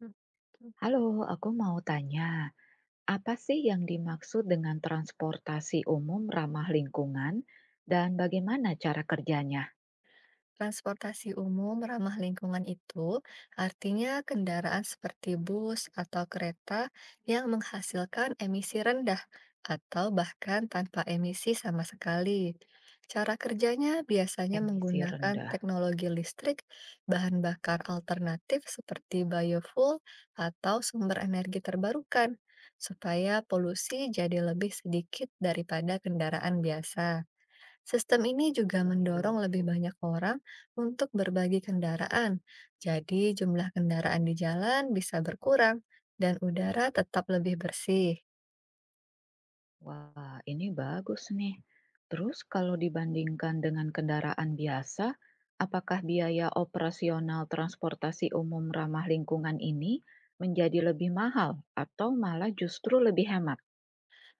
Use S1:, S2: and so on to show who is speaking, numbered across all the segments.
S1: Mhm.
S2: Halo, aku mau tanya, apa sih yang dimaksud dengan transportasi umum ramah lingkungan dan bagaimana cara kerjanya?
S1: Transportasi umum ramah lingkungan itu artinya kendaraan seperti bus atau kereta yang menghasilkan emisi rendah atau bahkan tanpa emisi sama sekali. Cara kerjanya biasanya
S2: Emisi
S1: menggunakan
S2: rendah,
S1: teknologi listrik, bahan bakar alternatif seperti biofuel atau sumber energi terbarukan, supaya polusi jadi lebih sedikit daripada kendaraan biasa. Sistem ini juga mendorong lebih
S2: biofuel.
S1: banyak orang untuk berbagi kendaraan. Jadi, jumlah kendaraan di jalan bisa berkurang dan udara tetap lebih bersih.
S2: Wah, ini bagus nih. Terus kalau dibandingkan dengan kendaraan biasa, apakah biaya operasional transportasi umum ramah lingkungan ini menjadi lebih mahal atau malah justru lebih hemat?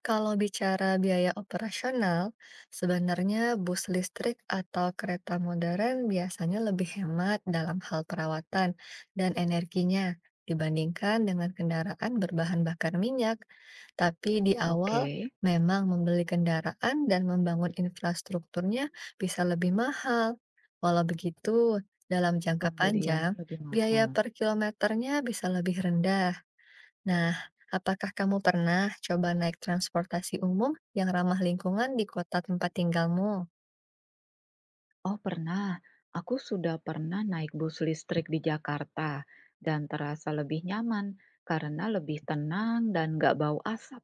S1: Kalau bicara biaya operasional, sebenarnya bus listrik atau kereta modern biasanya lebih hemat dalam hal perawatan dan energinya dibandingkan dengan kendaraan berbahan bakar minyak. Tapi di awal,
S2: Oke,
S1: memang membeli kendaraan dan membangun infrastrukturnya bisa lebih mahal. Walau begitu, dalam jangka
S2: pembeliannya
S1: panjang,
S2: lebih
S1: biaya
S2: mahal.
S1: per kilometernya bisa lebih rendah. Nah, apakah kamu pernah coba naik transportasi umum yang ramah lingkungan di kota tempat tinggalmu?
S2: Oh pernah, aku sudah pernah naik bus listrik di Jakarta dan terasa lebih nyaman karena lebih tenang dan nggak bau asap.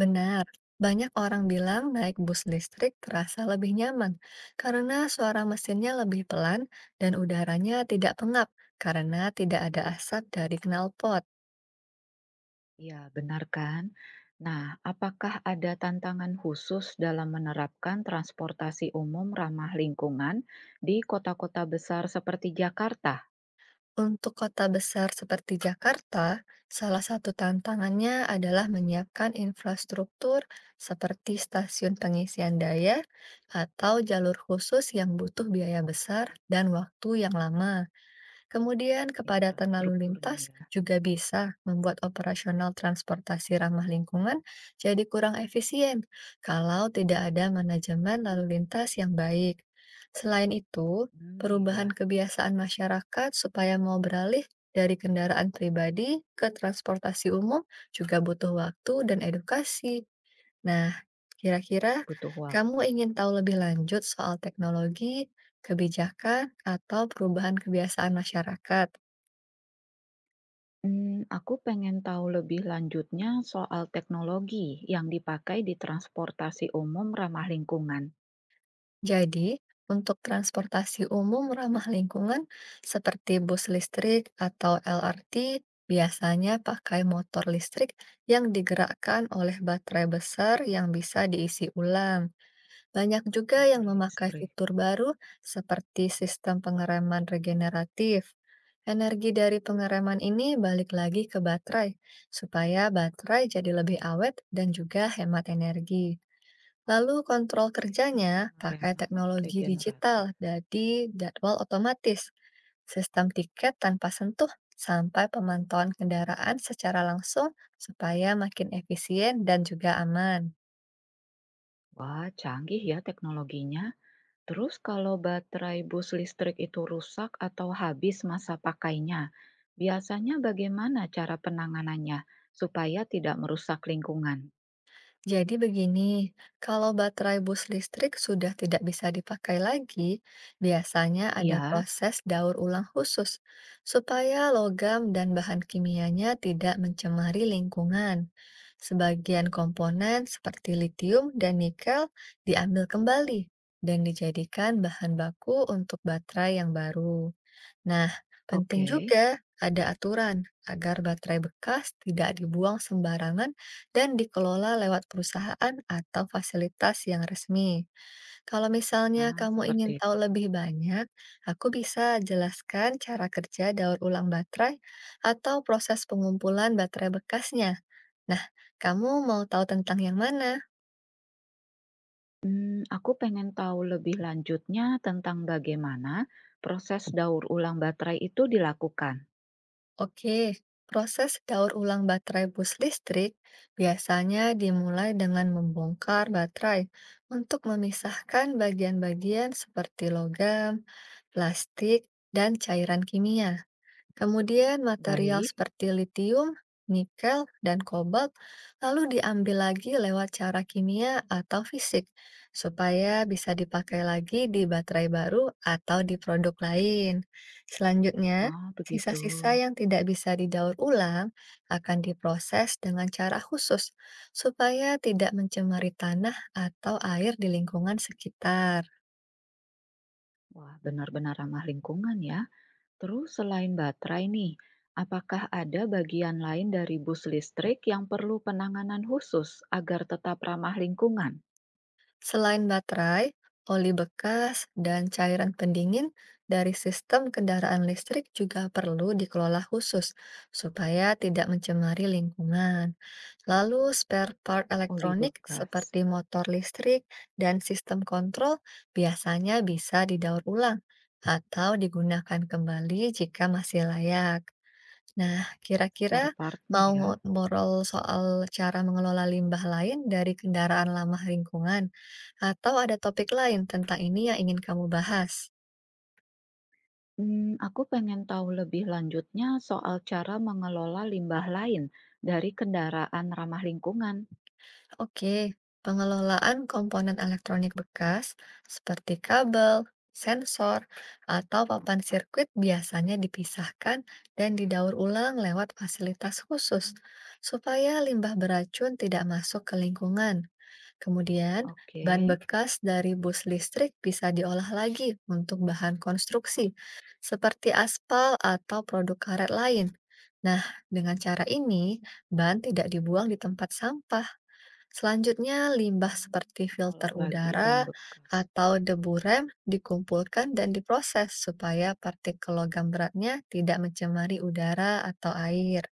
S1: Benar, banyak orang bilang naik bus listrik terasa lebih nyaman karena suara mesinnya lebih pelan dan udaranya tidak pengap karena tidak ada asap dari knalpot.
S2: Ya, benar kan? Nah, apakah ada tantangan khusus dalam menerapkan transportasi umum ramah lingkungan di kota-kota besar seperti Jakarta?
S1: Untuk kota besar seperti Jakarta, salah satu tantangannya adalah menyiapkan infrastruktur seperti stasiun pengisian daya atau jalur khusus yang butuh biaya besar dan waktu yang lama. Kemudian, kepadatan lalu
S2: Infrastrukturnya
S1: lintas
S2: ya.
S1: juga bisa membuat operasional transportasi ramah lingkungan jadi kurang efisien kalau tidak ada manajemen lalu lintas yang baik. Selain itu,
S2: Iya,
S1: perubahan kebiasaan masyarakat supaya mau beralih dari kendaraan pribadi ke transportasi umum juga butuh waktu dan edukasi. Nah, kira-kira
S2: butuh waktu.
S1: kamu ingin tahu lebih lanjut soal teknologi, kebijakan, atau perubahan kebiasaan masyarakat.
S2: Aku pengen tahu lebih lanjutnya soal teknologi yang dipakai di transportasi umum ramah lingkungan.
S1: Jadi, untuk transportasi umum ramah lingkungan seperti bus listrik atau LRT, biasanya pakai motor listrik yang digerakkan oleh baterai besar yang bisa diisi ulang. Banyak juga yang
S2: Motor
S1: memakai
S2: listrik,
S1: fitur baru seperti sistem pengereman regeneratif. Energi dari pengereman ini balik lagi ke baterai, supaya baterai jadi lebih awet dan juga hemat energi. Lalu kontrol
S2: sistem
S1: kerjanya pakai
S2: pengereman
S1: teknologi digital,
S2: regeneratif.
S1: jadi jadwal otomatis, sistem tiket tanpa sentuh, sampai pemantauan kendaraan secara langsung supaya makin efisien dan juga aman.
S2: Wah, canggih ya teknologinya. Terus kalau baterai bus listrik itu rusak atau habis masa pakainya, biasanya bagaimana cara penanganannya supaya tidak merusak lingkungan?
S1: Jadi begini, kalau baterai bus listrik sudah tidak bisa dipakai lagi, biasanya ada
S2: Iya,
S1: proses daur ulang khusus supaya logam dan bahan kimianya tidak mencemari lingkungan. Sebagian komponen seperti litium dan nikel diambil kembali dan dijadikan bahan baku untuk baterai yang baru. Nah, penting
S2: oke.
S1: juga ada aturan agar baterai bekas tidak dibuang sembarangan dan dikelola lewat perusahaan atau fasilitas yang resmi. Kalau misalnya
S2: Ah,
S1: kamu ingin
S2: seperti itu.
S1: tahu lebih banyak, aku bisa jelaskan cara kerja daur ulang baterai atau proses pengumpulan baterai bekasnya. Nah, kamu mau tahu tentang yang mana?
S2: Aku pengen tahu lebih lanjutnya tentang bagaimana proses daur ulang baterai itu dilakukan.
S1: Oke, proses daur ulang baterai bus listrik biasanya dimulai dengan membongkar baterai untuk memisahkan bagian-bagian seperti logam, plastik, dan cairan kimia. Kemudian material
S2: Baik.
S1: seperti litium, nikel, dan kobalt lalu diambil lagi lewat cara kimia atau fisik supaya bisa dipakai lagi di baterai baru atau di produk lain. Selanjutnya,
S2: Oh, begitu.
S1: sisa-sisa yang tidak bisa didaur ulang akan diproses dengan cara khusus supaya tidak mencemari tanah atau air di lingkungan sekitar.
S2: Wah, benar-benar ramah lingkungan ya. Terus selain baterai nih, apakah ada bagian lain dari bus listrik yang perlu penanganan khusus agar tetap ramah lingkungan?
S1: Selain baterai, oli bekas, dan cairan pendingin dari sistem kendaraan listrik juga perlu dikelola khusus supaya tidak mencemari lingkungan. Lalu, spare part
S2: Oli
S1: elektronik
S2: bekas,
S1: seperti motor listrik dan sistem kontrol biasanya bisa didaur ulang atau digunakan kembali jika masih layak. Nah, kira-kira
S2: spare partnya
S1: mau
S2: ya.
S1: ngobrol soal cara mengelola limbah lain dari kendaraan lama lingkungan, atau ada topik lain tentang ini yang ingin kamu bahas?
S2: Aku pengen tahu lebih lanjutnya soal cara mengelola limbah lain dari kendaraan ramah lingkungan.
S1: Oke, pengelolaan komponen elektronik bekas seperti kabel, sensor, atau papan sirkuit biasanya dipisahkan dan didaur ulang lewat fasilitas khusus supaya limbah beracun tidak masuk ke lingkungan. Kemudian,
S2: Oke,
S1: bahan bekas dari bus listrik bisa diolah lagi untuk bahan konstruksi, seperti aspal atau produk karet lain. Nah, dengan cara ini, bahan tidak dibuang di tempat sampah. Selanjutnya, limbah
S2: mmm,
S1: seperti filter
S2: mengolah lagi
S1: udara
S2: ban bekas,
S1: atau debu rem dikumpulkan dan diproses supaya partikel logam beratnya tidak mencemari udara atau air.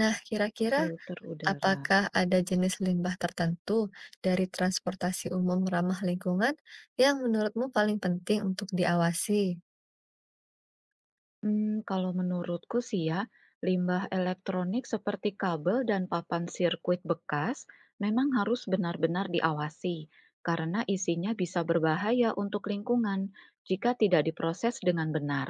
S1: Nah, kira-kira
S2: filter udara.
S1: apakah ada jenis limbah tertentu dari transportasi umum ramah lingkungan yang menurutmu paling penting untuk diawasi?
S2: Kalau menurutku sih ya, limbah elektronik seperti kabel dan papan sirkuit bekas memang harus benar-benar diawasi karena isinya bisa berbahaya untuk lingkungan jika tidak diproses dengan benar.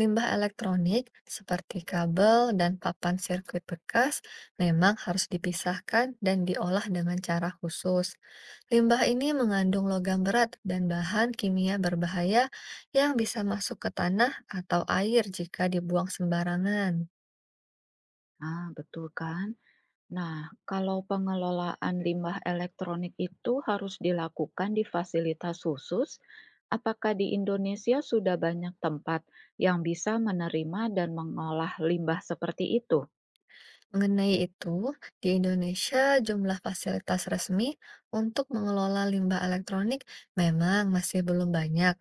S1: Limbah elektronik seperti kabel dan papan sirkuit bekas memang harus dipisahkan dan diolah dengan cara khusus. Limbah ini mengandung logam berat dan bahan kimia berbahaya yang bisa masuk ke tanah atau air jika dibuang sembarangan.
S2: Ah, betul kan? Nah, kalau pengelolaan limbah elektronik itu harus dilakukan di fasilitas khusus, apakah di Indonesia sudah banyak tempat yang bisa menerima dan mengolah limbah seperti itu?
S1: Mengenai itu, di Indonesia jumlah fasilitas resmi untuk mengelola limbah elektronik memang masih belum banyak.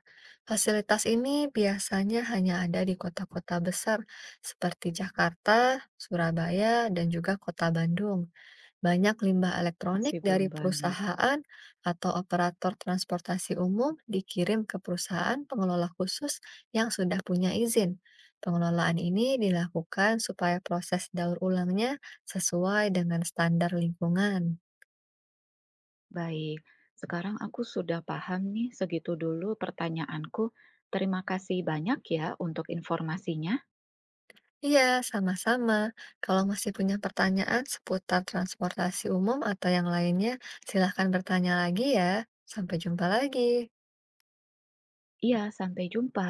S1: Fasilitas ini biasanya hanya ada di kota-kota besar seperti Jakarta, Surabaya, dan juga kota Bandung. Banyak limbah elektronik
S2: Masih belum
S1: dari
S2: banyak.
S1: perusahaan atau operator transportasi umum dikirim ke perusahaan pengelola khusus yang sudah punya izin. Pengelolaan ini dilakukan supaya proses daur ulangnya sesuai dengan standar lingkungan.
S2: Baik, sekarang aku sudah paham nih, segitu dulu pertanyaanku. Terima kasih banyak ya untuk informasinya.
S1: Iya, sama-sama. Kalau masih punya pertanyaan seputar transportasi umum atau yang lainnya, silahkan bertanya lagi ya. Sampai jumpa lagi.
S2: Iya, sampai jumpa.